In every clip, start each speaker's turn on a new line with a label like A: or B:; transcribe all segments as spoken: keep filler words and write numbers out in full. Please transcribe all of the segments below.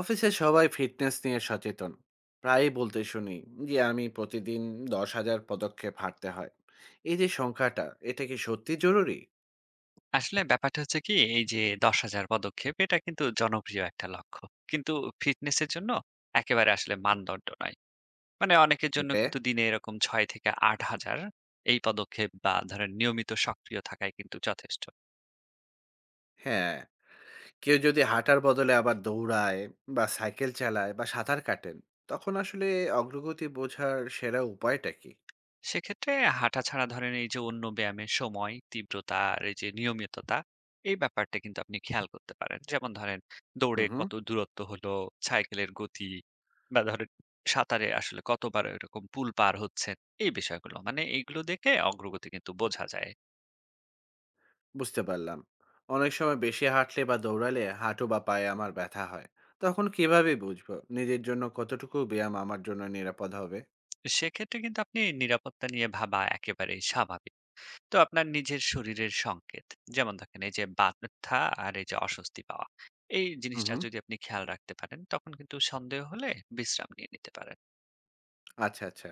A: অফিসে সবাই ফিটনেস নিয়ে সচেতন, প্রায়ই বলতে শুনি যে আমি প্রতিদিন দশ হাজার পদক্ষেপ হাঁটতে হয়। এই যে সংখ্যাটা, এটা কি সত্যি জরুরি?
B: আসলে ব্যাপারটা হচ্ছে কি এই যে দশ হাজার পদক্ষেপ এটা কিন্তু জনপ্রিয় একটা লক্ষ্য, কিন্তু ফিটনেসের জন্য একেবারে আসলে মানদণ্ড নয়। মানে অনেকের জন্য
A: ওকে।
B: কিন্তু দিনে এরকম ছয় থেকে আট হাজার এই পদক্ষেপ বা ধরেন নিয়মিত সক্রিয় থাকাই কিন্তু যথেষ্ট।
A: হ্যাঁ, কেউ যদি হাঁটার বদলে আবার দৌড়ায় বা সাইকেল চালায় বা সাঁতার কাটেন, তখন আসলে অগ্রগতি বোঝার সেরা উপায়টা কি?
B: সেক্ষেত্রে হাঁটা ছাড়া ধরেন এই যে অন্য ব্যায়ামের সময় তীব্রতা আর এই যে নিয়মিততা, এই ব্যাপারটা কিন্তু আপনি খেয়াল করতে পারেন। যেমন ধরেন দৌড়ে
A: হুম হুম।
B: কত দূরত্ব হলো, সাইকেলের গতি, বা ধরেন সাঁতারে আসলে কতবার এরকম পুল পার হচ্ছে, এই বিষয়গুলো মানে এইগুলো দেখে অগ্রগতি কিন্তু বোঝা যায়।
A: বুঝতে পারলাম। অনেক সময় বেশি হাঁটলে বা দৌড়ালে হাঁটু বা পায়ে আমার ব্যথা হয়। তখন কিভাবে বুঝবো নিজের জন্য কতটুকু ব্যায়াম আমার জন্য নিরাপদ হবে?
B: সেক্ষেত্রে কিন্তু আপনি নিরাপত্তা নিয়ে ভাবা একেবারেই স্বাভাবিক। তো আপনার নিজের শরীরের সংকেত, যেমন দেখেন এই যে ব্যথা আর এই যে অস্বস্তি পাওয়া, এই
A: হুম
B: জিনিসটা
A: হুম।
B: যদি আপনি খেয়াল রাখতে পারেন তখন কিন্তু সন্দেহ হলে বিশ্রাম নিয়ে নিতে পারেন।
A: আচ্ছা, আচ্ছা।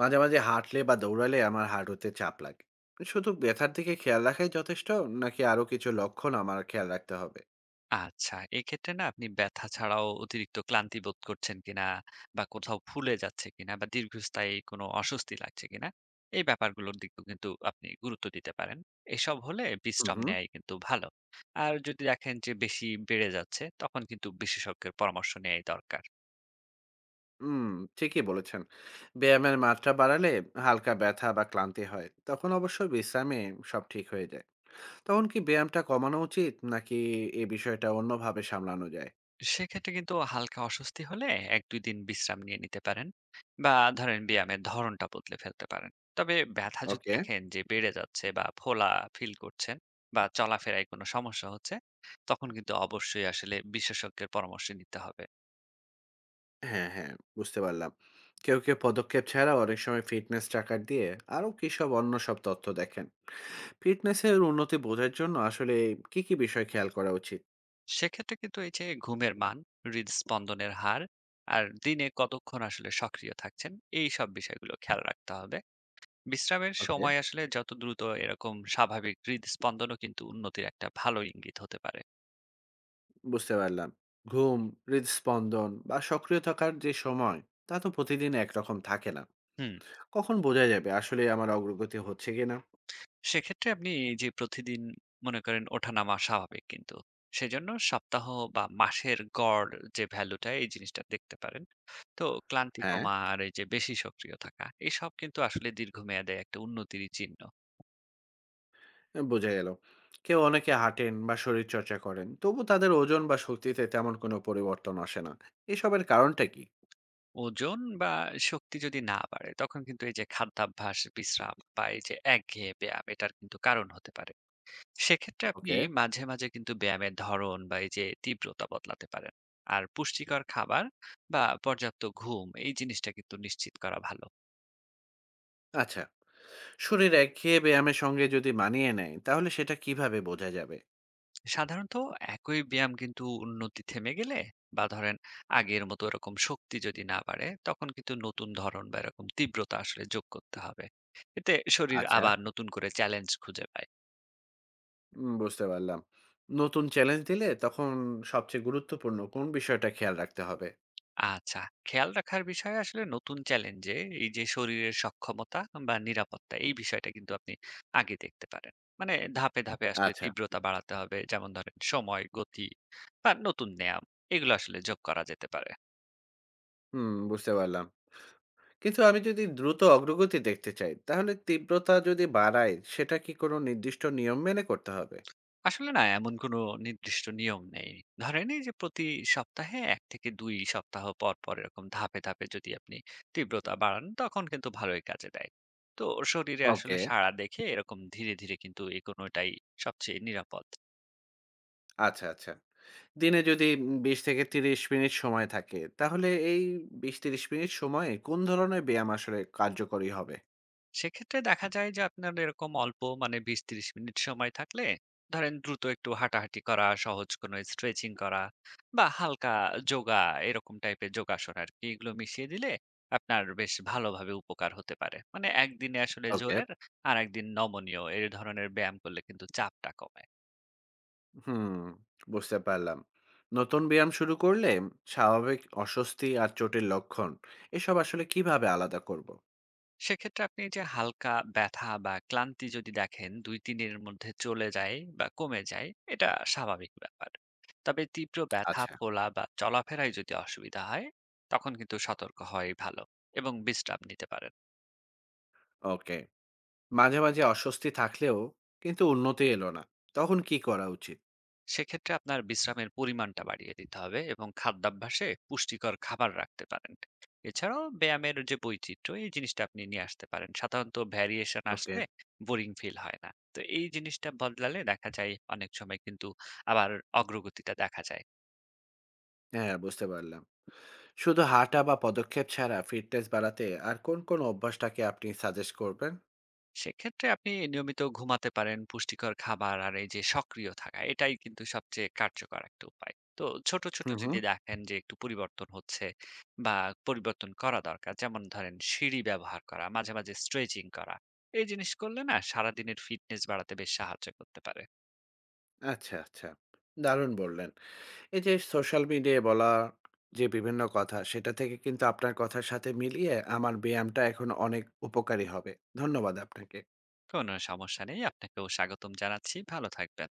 A: মাঝে, মাঝে হাঁটলে বা দৌড়ালে আমার হাঁটুতে চাপ লাগে। শুধু ব্যথার দিকে খেয়াল রাখাই যথেষ্ট, নাকি আরো কিছু লক্ষণ আমার খেয়াল রাখতে হবে?
B: আচ্ছা, এক্ষেত্রে না আপনি ব্যথা ছাড়াও অতিরিক্ত ক্লান্তি বোধ করছেন কিনা, বা কোথাও ফুলে যাচ্ছে কিনা, বা দীর্ঘস্থায়ী কোনো অস্বস্তি লাগছে কিনা, এই ব্যাপারগুলোর দিকেও কিন্তু আপনি গুরুত্ব দিতে পারেন। এসব হলে
A: হুম,
B: বিশ্রাম
A: হুম।
B: নেয়াই কিন্তু ভালো। আর যদি দেখেন যে বেশি বেড়ে যাচ্ছে তখন কিন্তু বিশেষজ্ঞের পরামর্শ নেয়াই দরকার।
A: হুম, ঠিকই বলেছেন। ব্যায়ামের মাত্রা বাড়ালে হালকা ব্যথা বা ক্লান্তি হয়। তখন অবশ্য বিশ্রামে সব ঠিক হয়ে যায়। তখন কি ব্যায়ামটা কমানো উচিত, নাকি এ বিষয়টা অন্যভাবে সামলানো যায়?
B: সেক্ষেত্রে কিন্তু হালকা অস্বস্তি হলে এক দুই দিন বিশ্রাম নিয়ে নিতে পারেন, বা ধরেন ব্যায়ামের ধরনটা বদলে ফেলতে পারেন। তবে ব্যথা যদি
A: ওকে।
B: দেখেন যে বেড়ে যাচ্ছে বা ফোলা ফিল করছেন, বা চলাফেরায় কোনো সমস্যা হচ্ছে, তখন কিন্তু অবশ্যই আসলে বিশেষজ্ঞের পরামর্শ নিতে হবে।
A: হ্যাঁ, হ্যাঁ, বুঝতে পারলাম। কেউ, কেউ পদক্ষেপ ছাড়াও অনেক সময় ফিটনেস ট্র্যাকার দিয়ে আরো কিসব অন্য সব তথ্য দেখেন। ফিটনেসের উন্নতি বোঝার জন্য আসলে কি, কি বিষয় খেয়াল করা উচিত?
B: সেক্ষেত্রে কিন্তু এই যে ঘুমের মান, হৃদস্পন্দনের হার, আর দিনে কতক্ষণ আসলে সক্রিয় থাকছেন, এই সব বিষয়গুলো খেয়াল রাখতে হবে। বিশ্রামের
A: ওকে।
B: সময় আসলে যত দ্রুত এরকম স্বাভাবিক হৃদস্পন্দনও কিন্তু উন্নতির একটা ভালো ইঙ্গিত হতে পারে।
A: বুঝতে পারলাম। ঘুম, হৃদস্পন্দন বা সক্রিয় থাকার যে সময়, তা তো প্রতিদিন একরকম থাকে না।
B: হুম।
A: কখন বোঝা যাবে আসলে আমার অগ্রগতি হচ্ছে কিনা?
B: সেক্ষেত্রে আপনি এই যে প্রতিদিন মনে করেন ওঠানামা স্বাভাবিক কিন্তু। সেজন্য সপ্তাহ বা মাসের গড় যে ভ্যালুটা এই জিনিসটা দেখতে পারেন। তো ক্লান্তি
A: হ্যাঁ।
B: কমা আর এই যে বেশি সক্রিয় থাকা এসব কিন্তু আসলে দীর্ঘমেয়াদে একটা উন্নতিরই চিহ্ন।
A: এ বোঝা গেল। কেউ অনেকে হাঁটেন বা শরীরচর্চা করেন, তবু তাদের ওজন বা শক্তিতে তেমন কোনো পরিবর্তন আসে না। এসবের কারণটা কি?
B: ওজন বা শক্তি যদি না বাড়ে তখন কিন্তু এই যে খাদ্যাভ্যাস, বিশ্রাম বা এই যে একঘেয়ে ব্যায়াম এটার কিন্তু কারণ হতে পারে। সেক্ষেত্রে আপনি
A: ওকে।
B: মাঝে মাঝে কিন্তু ব্যায়ামের ধরন বা এই যে তীব্রতা বদলাতে পারেন, আর পুষ্টিকর খাবার বা পর্যাপ্ত ঘুম এই জিনিসটা কিন্তু নিশ্চিত করা ভালো।
A: আচ্ছা, শরীর একঘেয়ে ব্যায়ামের সঙ্গে যদি মানিয়ে নেয়, তাহলে সেটা কিভাবে বোঝা যাবে?
B: সাধারণত একই ব্যায়াম কিন্তু উন্নতি থেমে গেলে, বা ধরেন আগের মতো এরকম শক্তি যদি না বাড়ে তখন কিন্তু নতুন ধরন বা এরকম তীব্রতা আসলে যোগ করতে হবে। এতে শরীর
A: আচ্ছা।
B: আবার নতুন করে চ্যালেঞ্জ খুঁজে পায়।
A: উম বুঝতে পারলাম। নতুন চ্যালেঞ্জ দিলে তখন সবচেয়ে গুরুত্বপূর্ণ কোন বিষয়টা খেয়াল রাখতে হবে?
B: আচ্ছা, খেয়াল রাখার বিষয়ে আসলে নতুন চ্যালেঞ্জে এই যে শরীরের সক্ষমতা বা নিরাপত্তা এই বিষয়টা কিন্তু আপনি আগে দেখতে পারেন। মানে ধাপে ধাপে আসলে
A: আচ্ছা,
B: তীব্রতা বাড়াতে হবে, যেমন ধরেন সময়, গতি, বা নতুন ব্যায়াম এগুলো আসলে যোগ করা যেতে পারে।
A: হুম বুঝতে পারলাম। কিন্তু আমি যদি দ্রুত অগ্রগতি দেখতে চাই, তাহলে তীব্রতা যদি বাড়ায়, সেটা কি কোনো নির্দিষ্ট নিয়ম মেনে করতে হবে?
B: আসলে না এমন কোনো নির্দিষ্ট নিয়ম নেই। ধরেন এই যে প্রতি সপ্তাহে এক থেকে দুই সপ্তাহ পর, পর এরকম ধাপে, ধাপে যদি আপনি তীব্রতা বাড়ান তখন কিন্তু ভালোই কাজে দেয়। তো শরীরে আসলে
A: ওকে,
B: সাড়া দেখে এরকম ধীরে, ধীরে কিন্তু এগোনোটাই সবচেয়ে নিরাপদ।
A: আচ্ছা, আচ্ছা। দিনে যদি উম বিশ থেকে ত্রিশ মিনিট সময় থাকে, তাহলে এই বিশ ত্রিশ মিনিট সময়ে কোন ধরনের ব্যায়াম আসলে কার্যকরী হবে?
B: সেক্ষেত্রে দেখা যায় যে আপনার এরকম অল্প মানে বিশ ত্রিশ মিনিট সময় থাকলে ধরেন দ্রুত একটু হাঁটাহাঁটি করা, সহজ কোনো স্ট্রেচিং করা, বা হালকা যোগা এরকম টাইপের যোগাসন আর কি, এগুলো মিশিয়ে দিলে আপনার বেশ ভালোভাবে উপকার হতে পারে। মানে একদিনে আসলে
A: ওকে।
B: জোরের আর একদিন নমনীয় এই ধরনের ব্যায়াম করলে কিন্তু চাপটা কমে।
A: হুম, বুঝতে পারলাম। নতুন ব্যায়াম শুরু করলে স্বাভাবিক অস্বস্তি আর চোটের লক্ষণ, এসব আসলে কিভাবে আলাদা করব?
B: সেক্ষেত্রে আপনি যে হালকা ব্যথা বা ক্লান্তি যদি দেখেন দুই তিনের মধ্যে চলে যায় বা কমে যায়, এটা স্বাভাবিক ব্যাপার। তবে তীব্র ব্যথা,
A: আচ্ছা।
B: ফোলা বা চলাফেরায় যদি অসুবিধা হয় তখন কিন্তু সতর্ক হওয়াই ভালো, এবং বিশ্রাম নিতে পারেন।
A: ওকে। মাঝে, মাঝে অস্বস্তি থাকলেও কিন্তু উন্নতি এলো না। তখন কি করা উচিত?
B: সেক্ষেত্রে আপনার বিশ্রামের পরিমাণটা বাড়িয়ে দিতে হবে, এবং খাদ্যাভ্যাসে পুষ্টিকর খাবার রাখতে পারেন। এছাড়াও ব্যায়ামের যে বৈচিত্র্য এই জিনিসটা আপনি নিয়ে আসতে পারেন। সাধারণত ভ্যারিয়েশন
A: ওকে।
B: আসলে বোরিং ফিল হয় না, তো এই জিনিসটা বদলালে দেখা যায় অনেক সময় কিন্তু আবার অগ্রগতিটা দেখা যায়।
A: হ্যাঁ, বুঝতে পারলাম। শুধু হাঁটা বা পদক্ষেপ ছাড়া ফিটনেস বাড়াতে আর কোন, কোন অভ্যাসটাকে আপনি সাজেস্ট করবেন?
B: সেক্ষেত্রে আপনি নিয়মিত ঘুমাতে পারেন, পুষ্টিকর খাবার আর এই যে সক্রিয় থাকা এটাই কিন্তু সবচেয়ে কার্যকর একটা উপায়। তো ছোট ছোট
A: হুম, হুম।
B: যদি দেখেন যে একটু পরিবর্তন হচ্ছে বা পরিবর্তন করা দরকার, যেমন ধরেন সিঁড়ি ব্যবহার করা, মাঝে মাঝে স্ট্রেচিং করা, এই জিনিস করলে না সারাদিনের ফিটনেস বাড়াতে বেশ সাহায্য করতে পারে।
A: আচ্ছা, আচ্ছা। দারুণ বললেন। এই যে সোশ্যাল মিডিয়ায় বলা যে বিভিন্ন কথা, সেটা থেকে কিন্তু আপনার কথার সাথে মিলিয়ে আমার ব্যায়ামটা এখন অনেক উপকারী হবে। ধন্যবাদ আপনাকে।
B: কোনো সমস্যা নেই, আপনাকেও স্বাগতম জানাচ্ছি, ভালো থাকবেন।